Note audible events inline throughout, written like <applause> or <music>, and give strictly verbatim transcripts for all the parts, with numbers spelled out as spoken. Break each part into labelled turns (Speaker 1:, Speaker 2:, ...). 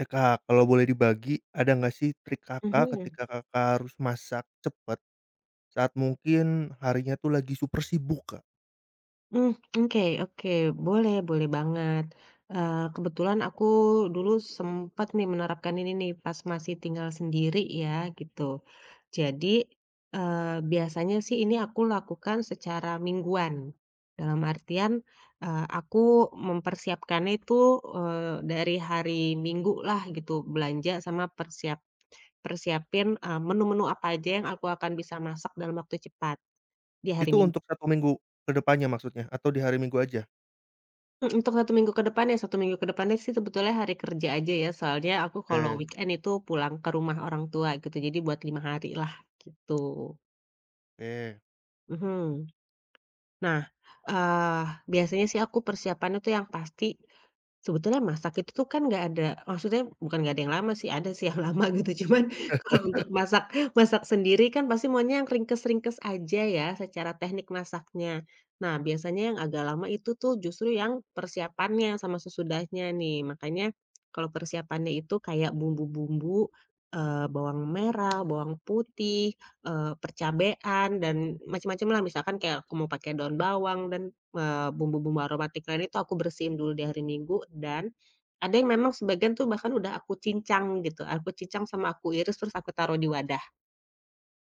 Speaker 1: Eh, Kak, kalau boleh dibagi, ada nggak sih trik Kakak
Speaker 2: Mhm,
Speaker 1: ketika Kakak harus masak cepat saat mungkin harinya tuh lagi super sibuk, Kak?
Speaker 2: mmm, oke oke, boleh boleh banget. Eee, kebetulan aku dulu sempat nih menerapkan ini nih pas masih tinggal sendiri ya gitu. Jadi, eee, biasanya sih ini aku lakukan secara mingguan. Dalam artian, eee, aku mempersiapkannya itu, eee, dari hari Minggu lah gitu, belanja sama persiap persiapin, eee, menu-menu apa aja yang aku akan bisa masak dalam waktu cepat di hari
Speaker 1: Itu
Speaker 2: Minggu.
Speaker 1: untuk satu minggu ke depannya maksudnya atau di hari Minggu aja?
Speaker 2: Mhm, untuk satu minggu ke depan ya Satu minggu ke depannya sih sebetulnya hari kerja aja ya, soalnya aku kalau Mhm.
Speaker 1: Oke
Speaker 2: weekend itu pulang ke rumah orang tua gitu, jadi buat lima hari lah gitu.
Speaker 1: oke.
Speaker 2: Mhm. Nah, eee, biasanya sih aku persiapannya tuh yang pasti. Sebetulnya masak itu tuh kan nggak ada, maksudnya bukan nggak ada yang lama sih, ada sih yang <laughs> lama gitu, cuman kalau untuk
Speaker 1: <laughs>
Speaker 2: masak masak sendiri kan pasti maunya yang ringkes-ringkes aja ya, secara teknik masaknya. Nah, biasanya yang agak lama itu tuh justru yang persiapannya sama sesudahnya nih. Makanya kalau persiapannya itu kayak bumbu-bumbu, eee, bawang merah, bawang putih, eee, percabean dan macam-macam lah misalkan kayak aku mau pakai daun bawang dan Eee, bumbu-bumbu aromatik lain itu aku bersihin dulu di hari Minggu dan ada yang memang sebagian tuh bahkan udah aku cincang gitu, aku cincang sama aku iris terus aku taruh di wadah,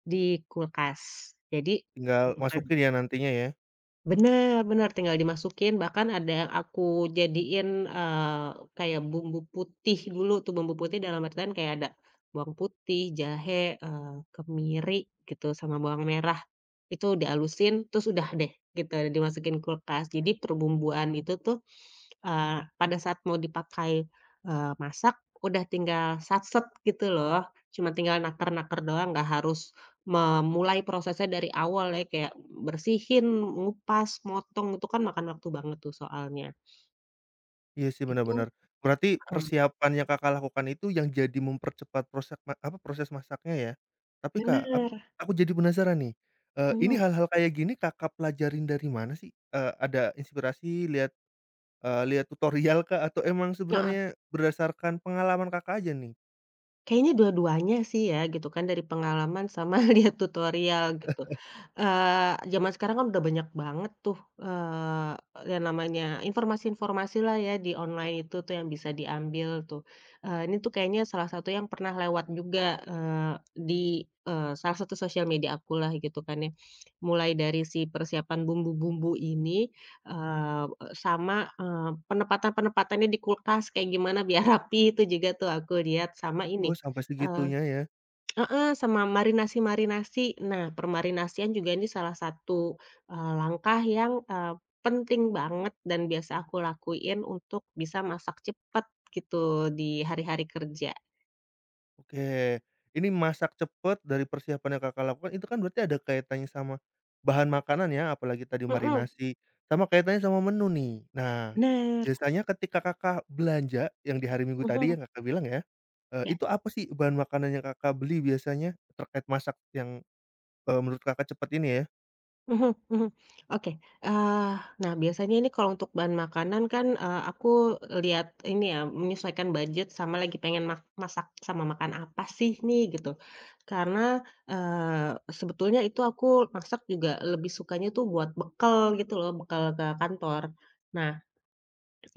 Speaker 2: di kulkas. Jadi
Speaker 1: Tinggal
Speaker 2: simpen.
Speaker 1: masukin ya nantinya ya?
Speaker 2: Bener bener, tinggal dimasukin, bahkan ada yang aku jadiin, eee, kayak bumbu putih dulu tuh, bumbu putih dalam artian kayak ada bawang putih, jahe, eee, kemiri gitu sama bawang merah. Itu dihalusin, terus udah deh gitu, dimasukin kulkas. Jadi perbumbuan itu tuh, eee, pada saat mau dipakai, eee, masak, udah tinggal sat-set gitu loh. Cuma tinggal naker-naker doang, nggak harus memulai prosesnya dari awal ya, kayak bersihin, ngupas, motong, itu kan makan waktu banget tuh soalnya.
Speaker 1: Iya sih benar-benar.
Speaker 2: Itu.
Speaker 1: Berarti
Speaker 2: Heeh.
Speaker 1: persiapan yang Kakak lakukan itu yang jadi mempercepat proses ma apa, proses masaknya ya? Tapi Kak, aku
Speaker 2: Bener.
Speaker 1: aku jadi penasaran nih, eee, ini
Speaker 2: Mhm.
Speaker 1: hal-hal kayak gini Kakak pelajarin dari mana sih? Eee, ada inspirasi lihat Eee, lihat tutorial kah atau emang
Speaker 2: Heeh.
Speaker 1: sebenarnya berdasarkan pengalaman Kakak aja nih?
Speaker 2: Kayaknya dua-duanya sih ya gitu kan dari pengalaman sama <laughs> lihat tutorial gitu, eee, zaman sekarang kan udah banyak banget tuh, eee, yang namanya informasi-informasi lah ya di online itu tuh yang bisa diambil tuh, eee, ini tuh kayaknya salah satu yang pernah lewat juga, eee, di, eee, salah satu sosial media aku lah gitu kan ya, mulai dari si persiapan bumbu-bumbu ini, eee, sama, eee, penempatan-penempatannya di kulkas kayak gimana biar <laughs> rapi itu juga tuh aku lihat sama
Speaker 1: Oh
Speaker 2: ini.
Speaker 1: sampai
Speaker 2: Eee,
Speaker 1: segitunya ya,
Speaker 2: heeh, sama marinasi-marinasi. Nah, permarinasian juga ini salah satu, eee, langkah yang, eee, penting banget dan biasa aku lakuin untuk bisa masak cepet gitu di hari-hari kerja.
Speaker 1: oke. Ini masak cepet dari persiapan yang Kakak lakukan itu kan berarti ada kaitannya sama bahan makanan ya, apalagi tadi
Speaker 2: Mhm.
Speaker 1: marinasi, sama kaitannya sama menu nih. Nah,
Speaker 2: Bener.
Speaker 1: biasanya ketika Kakak belanja yang di hari Minggu
Speaker 2: Mhm.
Speaker 1: tadi yang Kakak bilang ya, eee, itu apa sih bahan makanan yang Kakak beli biasanya terkait masak yang, eee, menurut Kakak cepet ini ya?
Speaker 2: Mhm mhm. Oke, eee, nah biasanya ini kalau untuk bahan makanan kan, eee, aku lihat ini ya, menyesuaikan budget sama lagi pengen mak masak sama makan apa sih nih gitu. Karena, eee, sebetulnya itu aku masak juga lebih sukanya tuh buat bekal gitu loh, bekal ke kantor. Nah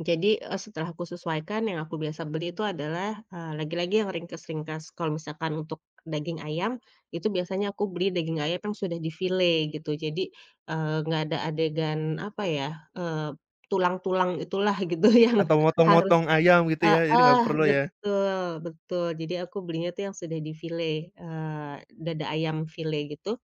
Speaker 2: jadi, eee, setelah aku sesuaikan yang aku biasa beli itu adalah, eee, lagi-lagi yang ringkas-ringkas. Kalau misalkan untuk daging ayam, itu biasanya aku beli daging ayam yang sudah di-file gitu. Jadi, eee, nggak ada adegan apa ya, eee, tulang-tulang itulah <laughs> gitu yang
Speaker 1: Atau
Speaker 2: harus.
Speaker 1: motong-motong ayam gitu ya, jadi nggak
Speaker 2: Heeh,
Speaker 1: perlu ya?
Speaker 2: betul betul. Jadi aku belinya tuh yang sudah di-file, eee, dada ayam file gitu.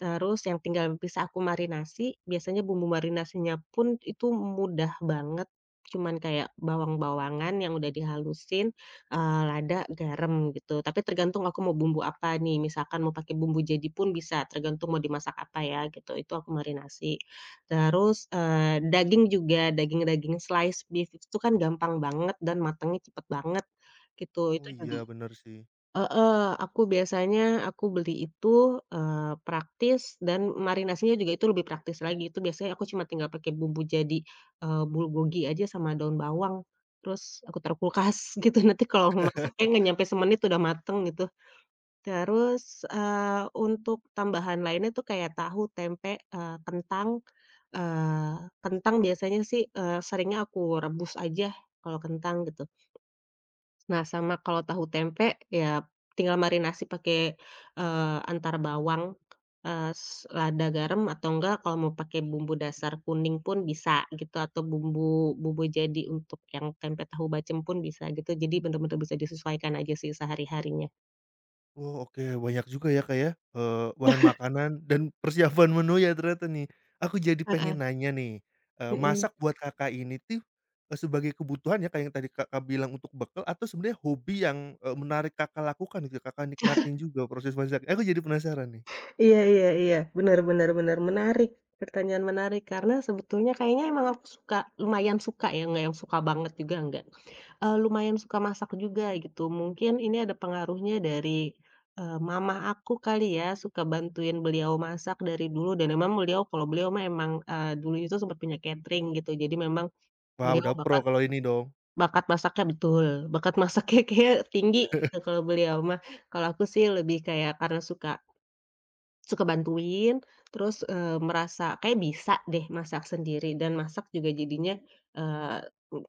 Speaker 2: Terus yang tinggal bisa aku marinasi, biasanya bumbu marinasinya pun itu mudah banget, cuman kayak bawang-bawangan yang udah dihalusin, eee, lada, garam gitu, tapi tergantung aku mau bumbu apa nih, misalkan mau pakai bumbu jadi pun bisa, tergantung mau dimasak apa ya gitu, itu aku marinasi. Terus, eee, daging juga, daging-daging slice beef itu kan gampang banget dan matangnya cepet banget gitu, itu
Speaker 1: Oh iya
Speaker 2: juga.
Speaker 1: bener sih.
Speaker 2: Heeh, aku biasanya aku beli itu, eee, praktis dan marinasinya juga itu lebih praktis lagi, itu biasanya aku cuma tinggal pakai bumbu jadi, eee, bulgogi aja sama daun bawang, terus aku taruh kulkas <laughs> gitu, nanti kalau mau masaknya nggak nyampe semenit udah mateng gitu. Terus, eee, untuk tambahan lainnya tuh kayak tahu, tempe, eee, kentang, eee, kentang biasanya sih, eee, seringnya aku rebus aja kalau kentang gitu. Nah, sama kalau tahu tempe, ya tinggal marinasi pakai, eee, antara bawang, eee, s lada, garam, atau enggak kalau mau pakai bumbu dasar kuning pun bisa gitu, atau bumbu bumbu jadi untuk yang tempe tahu bacem pun bisa gitu. Jadi benar-benar bisa disesuaikan aja sih sehari-harinya.
Speaker 1: Oh, oke, banyak juga ya, Kak, ya, eee, bahan makanan dan persiapan menu ya ternyata nih. Aku jadi
Speaker 2: Heeh.
Speaker 1: pengen nanya nih, eee,
Speaker 2: Mhm.
Speaker 1: masak buat Kakak ini tuh, eee, sebagai kebutuhan ya kayak yang tadi Kakak bilang untuk bekal atau sebenarnya hobi yang, eee, menarik Kakak lakukan gitu, Kakak nikmatin juga proses masak? Aku jadi penasaran nih.
Speaker 2: Iya iya iya, benar-benar benar benar. Menarik, pertanyaan menarik, karena sebetulnya kayaknya emang aku suka lumayan suka ya, nggak yang suka banget juga nggak. Eee, lumayan suka masak juga gitu. Mungkin ini ada pengaruhnya dari, eee, mama aku kali ya, suka bantuin beliau masak dari dulu dan memang beliau kalau beliau mah emang, eee, dulu itu sempat punya catering gitu. Jadi memang
Speaker 1: Wah,
Speaker 2: beliau
Speaker 1: udah pro
Speaker 2: bakat
Speaker 1: kalau ini dong.
Speaker 2: bakat masaknya betul, bakat masaknya <laughs> kayak tinggi gitu kalau beliau mah. Kalau aku sih lebih kayak karena suka Suka bantuin, terus, eee, merasa kayak bisa deh masak sendiri dan masak juga jadinya, eee,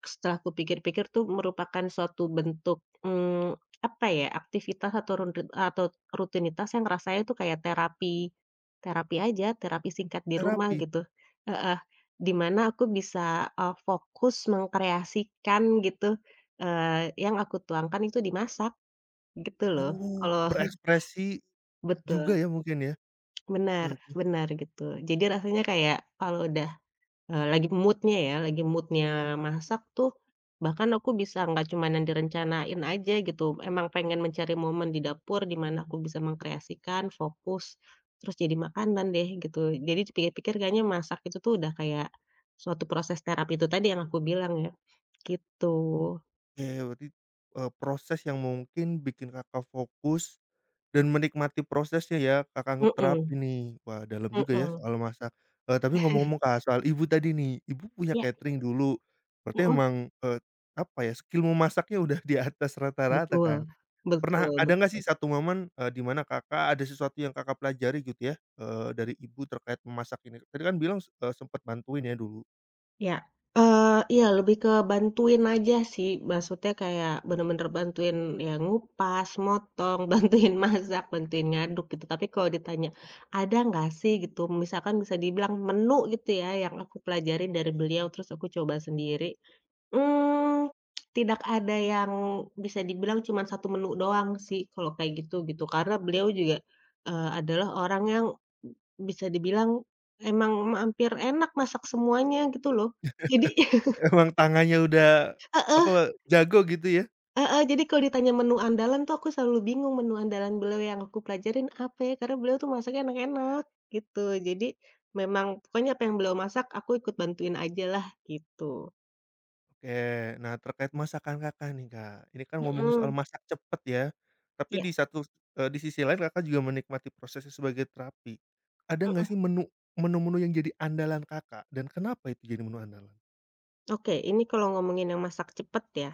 Speaker 2: setelah kupikir-pikir tuh merupakan suatu bentuk, mmm, apa ya, aktivitas atau runti atau rutinitas yang rasanya tuh kayak terapi terapi aja, terapi singkat di rumah
Speaker 1: Terapi?
Speaker 2: gitu. Heeh, di mana aku bisa, eee, fokus mengkreasikan gitu, eee, yang aku tuangkan itu dimasak gitu loh.
Speaker 1: Oh,
Speaker 2: Kalau <laughs>
Speaker 1: berekspresi
Speaker 2: betul.
Speaker 1: juga ya mungkin ya?
Speaker 2: Benar
Speaker 1: Oke oke.
Speaker 2: benar gitu. Jadi rasanya kayak kalau udah, eee, lagi mood-nya ya, lagi mood-nya masak tuh, bahkan aku bisa nggak cuman yang direncanain aja gitu, emang pengen mencari momen di dapur di mana aku bisa mengkreasikan, fokus, terus jadi makanan deh gitu. Jadi dipikir-pikir kayaknya masak itu tuh udah kayak suatu proses terapi itu tadi yang aku bilang ya, gitu.
Speaker 1: Oke, berarti, eee, proses yang mungkin bikin Kakak fokus dan menikmati prosesnya ya, Kakak anggap terapi
Speaker 2: Mhm
Speaker 1: nih. Wah, dalam juga ya
Speaker 2: mhm.
Speaker 1: soal masak. Eee, tapi ngomong-ngomong, Kak, soal Ibu tadi nih, Ibu punya
Speaker 2: Iya.
Speaker 1: catering dulu. Berarti
Speaker 2: Mhm.
Speaker 1: emang, eee, apa ya, skill memasaknya udah di atas rata-rata kan.
Speaker 2: Betul.
Speaker 1: Pernah
Speaker 2: Betul
Speaker 1: ada nggak
Speaker 2: betul.
Speaker 1: sih satu momen, eee, di mana Kakak ada sesuatu yang Kakak pelajari gitu ya, eee, dari Ibu terkait memasak ini? Tadi kan bilang, eee, sempet bantuin ya dulu.
Speaker 2: Ya, eee, iya lebih ke bantuin aja sih, maksudnya kayak bener-bener bantuin ya ngupas, motong, <laughs> bantuin masak, bantuin ngaduk gitu. Tapi kalau ditanya, "Ada nggak sih?" gitu, misalkan bisa dibilang menu gitu ya yang aku pelajarin dari beliau, terus aku coba sendiri. Mmm, Tidak ada yang bisa dibilang cuman satu menu doang sih kalau kayak gitu, gitu. Karena beliau juga, eee, adalah orang yang bisa dibilang emang hampir enak masak semuanya gitu loh. Jadi <laughs>
Speaker 1: <laughs> Emang tangannya udah,
Speaker 2: heeh
Speaker 1: apa, jago gitu ya?
Speaker 2: heeh, jadi kalau ditanya menu andalan tuh aku selalu bingung menu andalan beliau yang aku pelajarin apa ya, karena beliau tuh masaknya enak-enak gitu. Jadi memang pokoknya apa yang beliau masak aku ikut bantuin ajalah gitu.
Speaker 1: Oke, nah terkait masakan Kakak nih, Kak, ini kan ngomongin soal
Speaker 2: Mhm,
Speaker 1: masak cepet ya, tapi
Speaker 2: iya.
Speaker 1: di satu, eee, di sisi lain Kakak juga menikmati prosesnya sebagai terapi. Ada nggak sih menu menu-menu yang jadi andalan Kakak dan kenapa itu jadi menu andalan?
Speaker 2: Oke, ini kalau ngomongin yang masak cepet ya,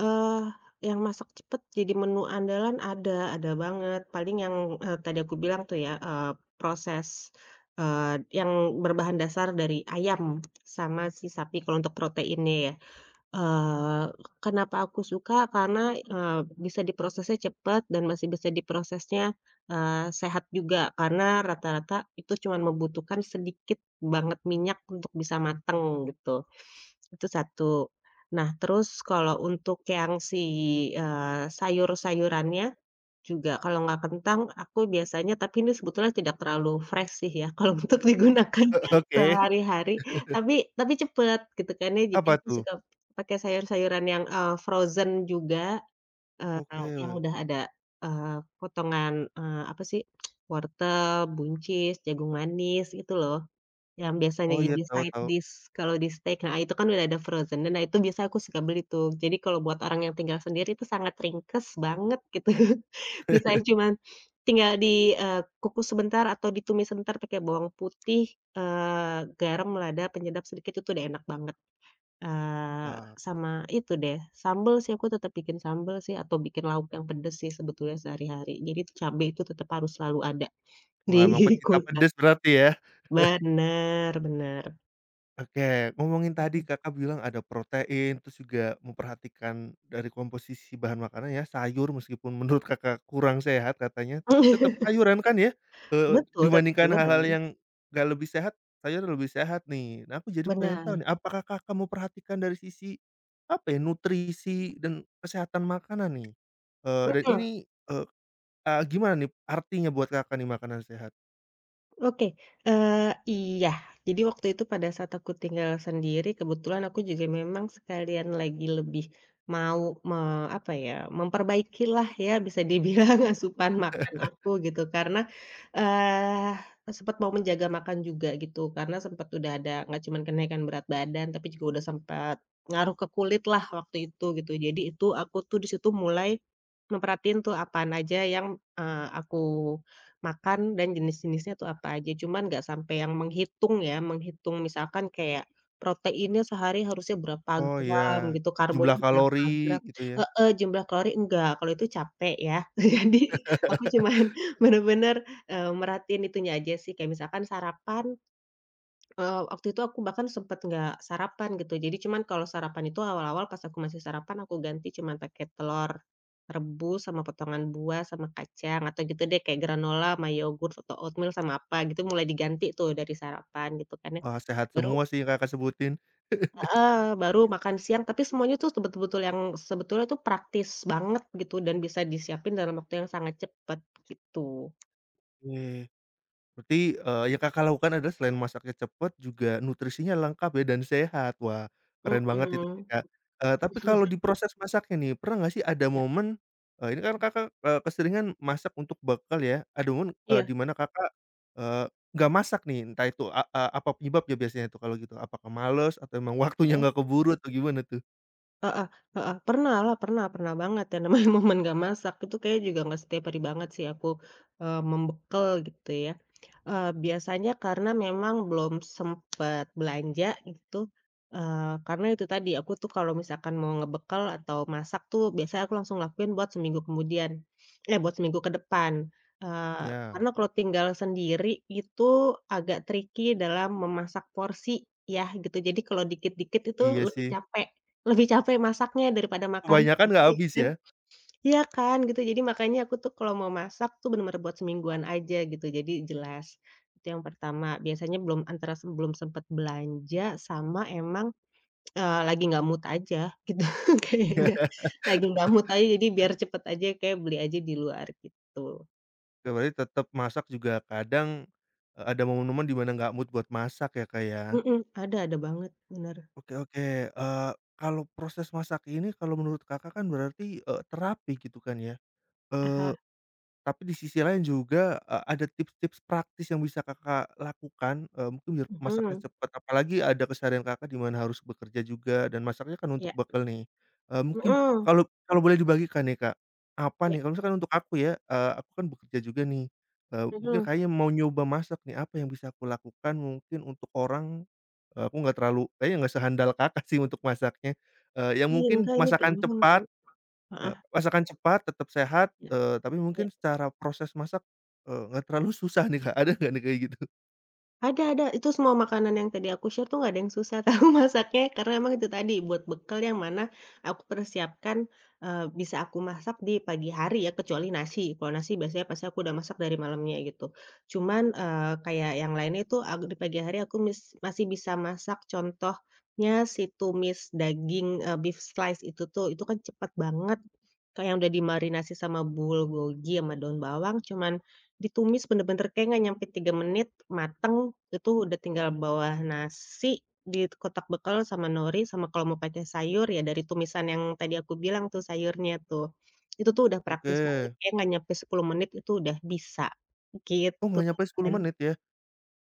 Speaker 2: eee, yang masak cepet jadi menu andalan ada ada banget. Paling yang, eee, tadi aku bilang tuh ya, eee, proses, eee, yang berbahan dasar dari ayam sama si sapi kalau untuk proteinnya ya. Eee, Kenapa aku suka? Karena, eee, bisa diprosesnya cepat dan masih bisa diprosesnya, eee, sehat juga. Karena rata-rata itu cuma membutuhkan sedikit banget minyak untuk bisa mateng gitu. Itu satu. Nah terus kalau untuk yang si, eee, sayur-sayurannya, juga, kalau nggak kentang aku biasanya tapi ini sebetulnya tidak terlalu fresh sih ya, <laughs> kalau untuk digunakan
Speaker 1: <laughs>
Speaker 2: <laughs>
Speaker 1: Oke,
Speaker 2: sehari-hari, tapi tapi cepet gitu kan ya, jadi
Speaker 1: apa
Speaker 2: aku
Speaker 1: tuh?
Speaker 2: suka pakai sayur-sayuran yang, eee, frozen juga, eee, yang
Speaker 1: Oke,
Speaker 2: udah ada, eee, potongan, eee, apa sih, wortel, buncis, jagung manis gitu loh. Yang biasanya
Speaker 1: oh iya,
Speaker 2: jadi
Speaker 1: tahu
Speaker 2: side
Speaker 1: tahu.
Speaker 2: dish kalau di steak, nah itu kan udah ada frozen dan nah itu biasa aku suka beli tuh. Jadi kalau buat orang yang tinggal sendiri itu sangat ringkes banget gitu. <laughs> Misalnya
Speaker 1: <laughs>
Speaker 2: cuman tinggal di, eee, kukus sebentar atau ditumis sebentar pakai bawang putih, eee, garam, lada, penyedap sedikit itu udah enak banget. Eee,
Speaker 1: Wah
Speaker 2: Sama itu deh, sambel sih aku tetap bikin sambel sih atau bikin lauk yang pedes sih sebetulnya sehari-hari. Jadi cabai itu tetap harus selalu ada
Speaker 1: wah
Speaker 2: di
Speaker 1: emang
Speaker 2: <laughs>
Speaker 1: pecinta
Speaker 2: kulkas.
Speaker 1: pedes berarti ya?
Speaker 2: Benar-benar.
Speaker 1: Oke, ngomongin tadi Kakak bilang ada protein, terus juga memperhatikan dari komposisi bahan makanan ya, sayur meskipun menurut Kakak kurang sehat katanya, tapi tetap
Speaker 2: <laughs>
Speaker 1: sayuran kan ya, Eh,
Speaker 2: Betul, tetap
Speaker 1: dibandingkan
Speaker 2: sayuran.
Speaker 1: hal-hal yang gak lebih sehat, sayur lebih sehat nih. Nah, aku jadi pengen tahu
Speaker 2: Benar.
Speaker 1: nih, apakah Kakak memperhatikan dari sisi, apa ya, nutrisi dan kesehatan makanan nih? Eh, dan
Speaker 2: Mhm.
Speaker 1: ini, eh, eee, gimana nih artinya buat Kakak nih makanan sehat?
Speaker 2: Oke, eee, iya. Jadi waktu itu pada saat aku tinggal sendiri, kebetulan aku juga memang sekalian lagi lebih mau me apa ya, memperbaiki lah ya bisa dibilang <laughs> asupan makan aku gitu. Karena, eee, sempet mau menjaga makan juga gitu, karena sempat udah ada nggak cuman kenaikan berat badan, tapi juga udah sempat ngaruh ke kulit lah waktu itu gitu. Jadi itu aku tuh di situ mulai memperhatiin tuh apaan aja yang, eee, aku makan dan jenis-jenisnya tuh apa aja, cuman nggak sampai yang menghitung ya, menghitung misalkan kayak proteinnya sehari harusnya berapa
Speaker 1: Oh
Speaker 2: gram
Speaker 1: ya,
Speaker 2: gitu,
Speaker 1: jumlah
Speaker 2: karbonnya berapa
Speaker 1: kalori
Speaker 2: gram.
Speaker 1: gitu ya?
Speaker 2: Heeh, jumlah kalori enggak, kalau itu capek ya. <laughs> Jadi aku
Speaker 1: <laughs>
Speaker 2: cuman <laughs> bener-bener, eee, merhatiin itunya aja sih, kayak misalkan sarapan. Eee, waktu itu aku bahkan sempet nggak sarapan gitu. Jadi cuman kalau sarapan itu awal-awal pas aku masih sarapan aku ganti cuman pakai telur rebus sama potongan buah sama kacang atau gitu deh kayak granola sama yogurt atau oatmeal sama apa gitu mulai diganti tuh dari sarapan gitu kan ya.
Speaker 1: Wah, sehat
Speaker 2: Baru
Speaker 1: semua sih yang Kakak sebutin. <laughs>
Speaker 2: heeh, baru makan siang tapi semuanya tuh betul-betul yang sebetulnya tuh praktis banget gitu dan bisa disiapin dalam waktu yang sangat cepet gitu.
Speaker 1: Oke. Berarti, eee, yang Kakak lakukan adalah selain masaknya cepat juga nutrisinya lengkap ya dan sehat. Wah, keren banget itu sih,
Speaker 2: Mhm.
Speaker 1: Kak. Eee, tapi kalau di proses masaknya nih, pernah nggak sih ada
Speaker 2: Iya
Speaker 1: momen, eee, ini kan Kakak, eee, keseringan masak untuk bekal ya, ada momen,
Speaker 2: <laughs>
Speaker 1: eee, di
Speaker 2: iya.
Speaker 1: mana Kakak, eee, nggak masak nih, entah itu a a apa penyebabnya biasanya tuh kalau gitu? Apakah males atau emang <laughs> waktunya nggak keburu atau gimana tuh?
Speaker 2: Heeh heeh. Pernahlah, pernah pernah banget ya namanya <laughs> momen nggak masak itu kayaknya juga nggak setiap hari banget sih aku, eee, membekal gitu ya. Eee, biasanya karena memang belum sempet belanja gitu, eee, karena itu tadi aku tuh kalau misalkan mau ngebekal atau masak tuh biasanya aku langsung lakuin buat seminggu kemudian, eh, buat seminggu ke depan. Eee,
Speaker 1: Ya.
Speaker 2: karena kalau tinggal sendiri itu agak tricky dalam memasak porsi ya gitu. Jadi kalau dikit-dikit itu
Speaker 1: Iya
Speaker 2: lebih
Speaker 1: sih,
Speaker 2: capek. Lebih capek masaknya daripada makan,
Speaker 1: kebanyakan nggak
Speaker 2: iya
Speaker 1: habis
Speaker 2: kan?
Speaker 1: ya.
Speaker 2: Iya kan, gitu. Jadi makanya aku tuh kalau mau masak tuh bener-bener buat semingguan aja gitu, jadi jelas. Itu yang pertama, biasanya belum antara se belum sempet belanja sama emang, eee, lagi nggak mood aja <laughs> gitu kayaknya.
Speaker 1: <laughs>
Speaker 2: Lagi nggak mood aja jadi biar cepet aja kayak beli aja di luar gitu.
Speaker 1: Oke, berarti tetap masak juga kadang, eee, ada momen-momen di mana nggak mood buat masak ya, Kak, ya.
Speaker 2: Mhm, ada ada banget, bener.
Speaker 1: Oke oke, eee, kalau proses masak ini kalau menurut Kakak kan berarti, eee, terapi gitu kan ya,
Speaker 2: Ah
Speaker 1: eee
Speaker 2: hah.
Speaker 1: tapi di sisi lain juga, eee, ada tips-tips praktis yang bisa Kakak lakukan, eee, mungkin biar masaknya
Speaker 2: Mhm,
Speaker 1: cepat. Apalagi ada keseharian Kakak di mana harus bekerja juga dan masaknya kan untuk
Speaker 2: ya,
Speaker 1: bekal nih. Eee, mungkin
Speaker 2: mhm,
Speaker 1: kalau kalau boleh dibagikan nih, Kak, apa
Speaker 2: ya,
Speaker 1: nih kalau misalkan untuk aku ya, eee, aku kan bekerja juga nih, eee, mungkin
Speaker 2: mhm.
Speaker 1: kayaknya mau nyoba masak nih, apa yang bisa aku lakukan mungkin untuk orang, eee, aku nggak terlalu kayaknya nggak sehandal Kakak <laughs> sih untuk masaknya, eee, yang
Speaker 2: Iya,
Speaker 1: mungkin
Speaker 2: enggak ini
Speaker 1: masakan
Speaker 2: gampang tau.
Speaker 1: cepat Eee,
Speaker 2: Heeh,
Speaker 1: masakan cepat, tetap sehat,
Speaker 2: iya.
Speaker 1: eee, tapi
Speaker 2: Iya.
Speaker 1: mungkin secara proses masak, eee, nggak terlalu susah nih, Kak, <laughs> ada nggak nih kayak gitu?
Speaker 2: Ada ada, itu semua makanan yang tadi aku share tuh nggak ada yang susah tahu <laughs> masaknya, karena emang itu tadi buat bekal yang mana aku persiapkan, eee, bisa aku masak di pagi hari ya, kecuali nasi. Kalau nasi biasanya pasti aku udah masak dari malamnya gitu. Cuman, eee, kayak yang lainnya itu aku di pagi hari aku mis masih bisa masak contohnya si tumis daging, eee, beef slice itu tuh, itu kan cepet banget, kayak yang udah dimarinasi sama bulgogi sama daun bawang cuman ditumis bener-bener kayak nggak nyampe tiga menit, mateng, itu udah tinggal bawah nasi di kotak bekal sama nori, sama kalau mau pakai sayur ya dari tumisan yang tadi aku bilang tuh sayurnya tuh. Itu tuh udah praktis
Speaker 1: Oke.
Speaker 2: banget kayak nggak nyampe sepuluh menit itu udah bisa,
Speaker 1: Oh,
Speaker 2: gitu
Speaker 1: nggak nyampe sepuluh
Speaker 2: kan.
Speaker 1: menit ya?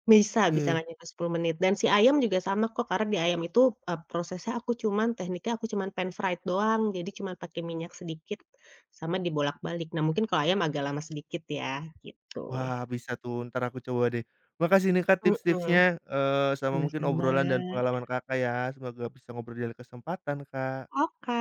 Speaker 2: Bisa bisa
Speaker 1: Oke.
Speaker 2: nggak nyampe sepuluh menit dan si ayam juga sama kok karena di ayam itu, eee, prosesnya aku cuman tekniknya aku cuman pan fried doang, jadi cuman pakai minyak sedikit sama dibolak-balik. Nah mungkin kalau ayam agak lama sedikit ya, gitu.
Speaker 1: Wah, bisa tuh, entar aku coba deh. Makasih nih, Kak,
Speaker 2: Mhm,
Speaker 1: tips-tipsnya, eee, sama mungkin
Speaker 2: sama-sama.
Speaker 1: obrolan dan pengalaman Kakak ya. Semoga bisa ngobrol di lain kesempatan, Kak.
Speaker 2: Oke.